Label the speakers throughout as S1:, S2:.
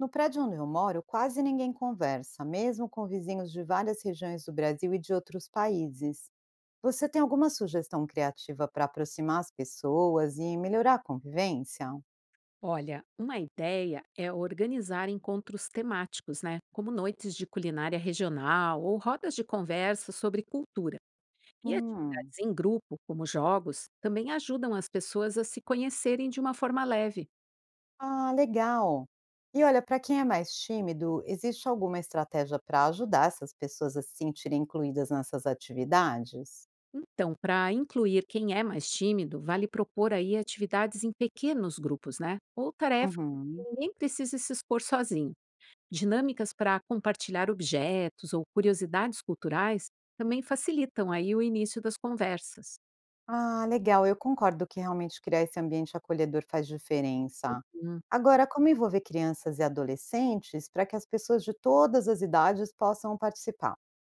S1: No prédio onde eu moro, quase ninguém conversa, mesmo com vizinhos de várias regiões do Brasil e de outros países. Você tem alguma sugestão criativa para aproximar as pessoas e melhorar a convivência?
S2: Olha, uma ideia é organizar encontros temáticos, né? Como noites de culinária regional ou rodas de conversa sobre cultura. E
S1: Hum,
S2: atividades em grupo, como jogos, também ajudam as pessoas a se conhecerem de uma forma leve.
S1: ah, legal! E olha, para quem é mais tímido, existe alguma estratégia para ajudar essas pessoas a se sentirem incluídas nessas atividades?
S2: Então, para incluir quem é mais tímido, vale propor aí atividades em pequenos grupos, né? Ou tarefas em que
S1: Uhum.
S2: ninguém precisa se expor sozinho. Dinâmicas para compartilhar objetos ou curiosidades culturais também facilitam aí o início das conversas.
S1: Ah, legal, eu concordo que realmente criar esse ambiente acolhedor faz diferença.
S2: Hum,
S1: Agora, como envolver crianças e adolescentes para que as pessoas de todas as idades possam participar?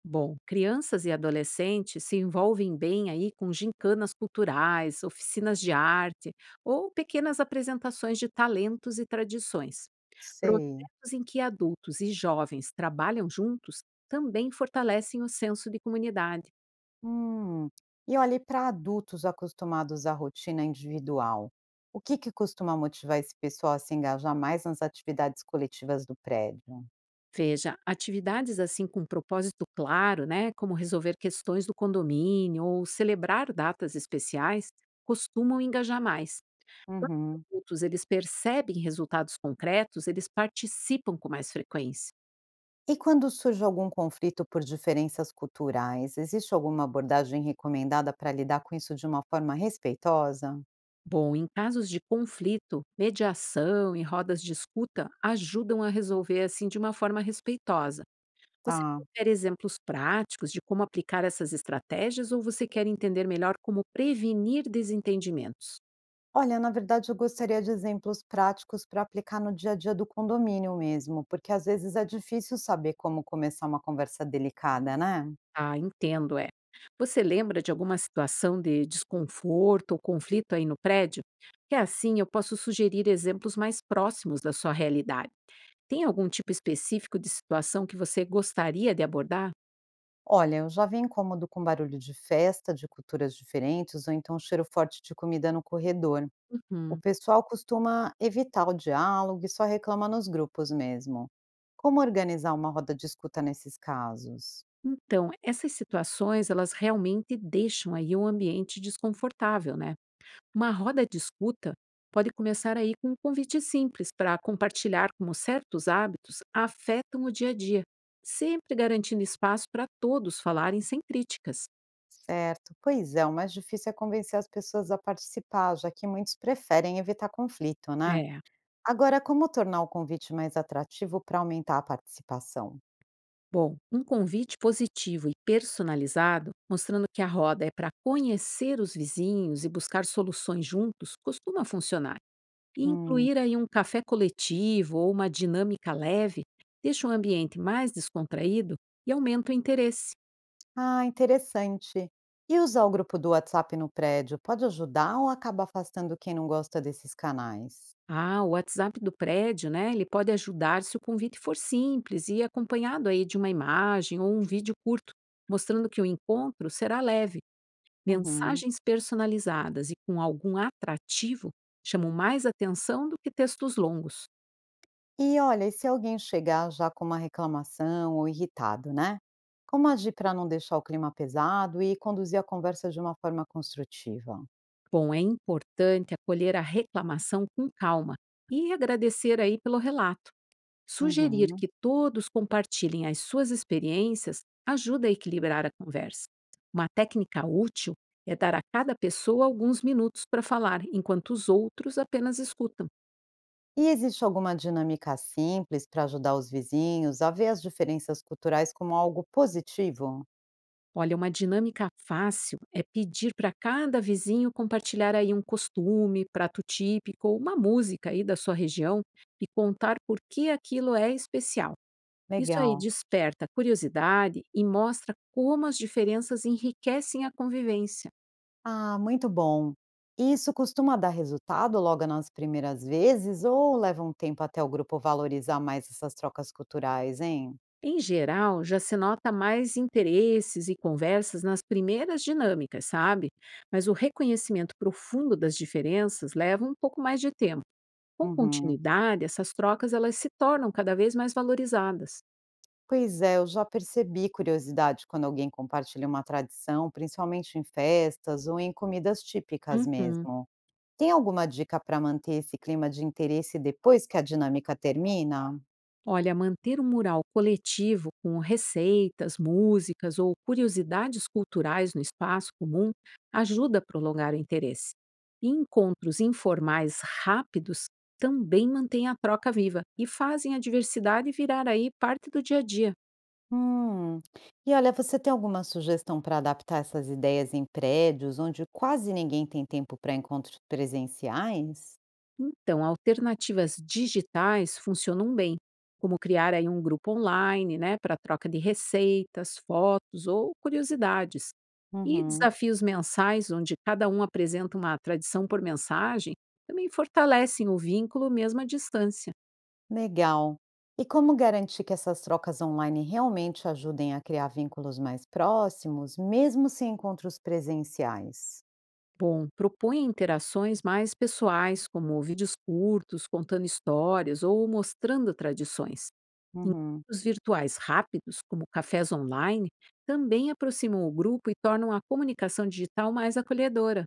S2: Bom, crianças e adolescentes se envolvem bem aí com gincanas culturais, oficinas de arte ou pequenas apresentações de talentos e tradições.
S1: Sei.
S2: Projetos em que adultos e jovens trabalham juntos também fortalecem o senso de comunidade.
S1: Hum. E olha, para adultos acostumados à rotina individual, o que que costuma motivar esse pessoal a se engajar mais nas atividades coletivas do prédio?
S2: Veja, atividades assim com propósito claro, né, como resolver questões do condomínio ou celebrar datas especiais, costumam engajar mais. Quando os
S1: Uhum.
S2: adultos eles percebem resultados concretos, eles participam com mais frequência.
S1: E quando surge algum conflito por diferenças culturais, existe alguma abordagem recomendada para lidar com isso de uma forma respeitosa?
S2: Bom, em casos de conflito, mediação e rodas de escuta ajudam a resolver assim de uma forma respeitosa. Você
S1: Tá.
S2: prefere exemplos práticos de como aplicar essas estratégias ou você quer entender melhor como prevenir desentendimentos?
S1: Olha, na verdade, eu gostaria de exemplos práticos para aplicar no dia a dia do condomínio mesmo, porque às vezes é difícil saber como começar uma conversa delicada, né?
S2: Ah, entendo, é. Você lembra de alguma situação de desconforto ou conflito aí no prédio? Que assim eu posso sugerir exemplos mais próximos da sua realidade. Tem algum tipo específico de situação que você gostaria de abordar?
S1: Olha, eu já vi incômodo com barulho de festa, de culturas diferentes, ou então cheiro forte de comida no corredor. O
S2: Uhum.
S1: pessoal costuma evitar o diálogo e só reclama nos grupos mesmo. Como organizar uma roda de escuta nesses casos?
S2: Então, essas situações, elas realmente deixam aí o ambiente desconfortável, né? Uma roda de escuta pode começar aí com um convite simples para compartilhar como certos hábitos afetam o dia a dia, sempre garantindo espaço para todos falarem sem críticas.
S1: Certo, pois é, o mais difícil é convencer as pessoas a participar, já que muitos preferem evitar conflito, né?
S2: É.
S1: Agora, como tornar o convite mais atrativo para aumentar a participação?
S2: Bom, um convite positivo e personalizado, mostrando que a roda é para conhecer os vizinhos e buscar soluções juntos, costuma funcionar. E
S1: Hum.
S2: incluir aí um café coletivo ou uma dinâmica leve deixa o ambiente mais descontraído e aumenta o interesse.
S1: Ah, interessante. E usar o grupo do WhatsApp no prédio pode ajudar ou acaba afastando quem não gosta desses canais?
S2: Ah, o WhatsApp do prédio, né? Ele pode ajudar se o convite for simples e acompanhado aí de uma imagem ou um vídeo curto, mostrando que o encontro será leve.
S1: Uhum.
S2: Mensagens personalizadas e com algum atrativo chamam mais atenção do que textos longos.
S1: E olha, e se alguém chegar já com uma reclamação ou irritado, né? Como agir para não deixar o clima pesado e conduzir a conversa de uma forma construtiva?
S2: Bom, é importante acolher a reclamação com calma e agradecer aí pelo relato. Sugerir
S1: Uhum.
S2: que todos compartilhem as suas experiências ajuda a equilibrar a conversa. Uma técnica útil é dar a cada pessoa alguns minutos para falar, enquanto os outros apenas escutam.
S1: E existe alguma dinâmica simples para ajudar os vizinhos a ver as diferenças culturais como algo positivo?
S2: Olha, uma dinâmica fácil é pedir para cada vizinho compartilhar aí um costume, prato típico ou uma música aí da sua região e contar por que aquilo é especial. Isso aí
S1: Legal.
S2: desperta curiosidade e mostra como as diferenças enriquecem a convivência.
S1: Ah, muito bom. E isso costuma dar resultado logo nas primeiras vezes ou leva um tempo até o grupo valorizar mais essas trocas culturais, hein?
S2: Em geral, já se nota mais interesses e conversas nas primeiras dinâmicas, sabe? Mas o reconhecimento profundo das diferenças leva um pouco mais de tempo. Com
S1: Uhum.
S2: continuidade, essas trocas elas se tornam cada vez mais valorizadas.
S1: Pois é, eu já percebi curiosidade quando alguém compartilha uma tradição, principalmente em festas ou em comidas típicas
S2: Uhum.
S1: mesmo. Tem alguma dica para manter esse clima de interesse depois que a dinâmica termina?
S2: Olha, manter um mural coletivo com receitas, músicas ou curiosidades culturais no espaço comum ajuda a prolongar o interesse. E encontros informais rápidos também mantêm a troca viva e fazem a diversidade virar aí parte do dia a dia.
S1: Hum. E olha, você tem alguma sugestão para adaptar essas ideias em prédios onde quase ninguém tem tempo para encontros presenciais?
S2: Então, alternativas digitais funcionam bem, como criar aí um grupo online, né, para troca de receitas, fotos ou curiosidades. E
S1: Uhum.
S2: desafios mensais, onde cada um apresenta uma tradição por mensagem, também fortalecem o vínculo mesmo à distância.
S1: Legal. E como garantir que essas trocas online realmente ajudem a criar vínculos mais próximos, mesmo sem encontros presenciais?
S2: Bom, propunha interações mais pessoais, como vídeos curtos, contando histórias ou mostrando tradições.
S1: Uhum.
S2: Encontros virtuais rápidos, como cafés online, também aproximam o grupo e tornam a comunicação digital mais acolhedora.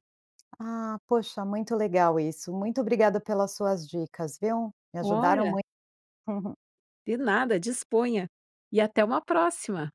S1: Ah, poxa, muito legal isso. Muito obrigada pelas suas dicas, viu? Me ajudaram
S2: Ora,
S1: muito.
S2: de nada, disponha! E até uma próxima!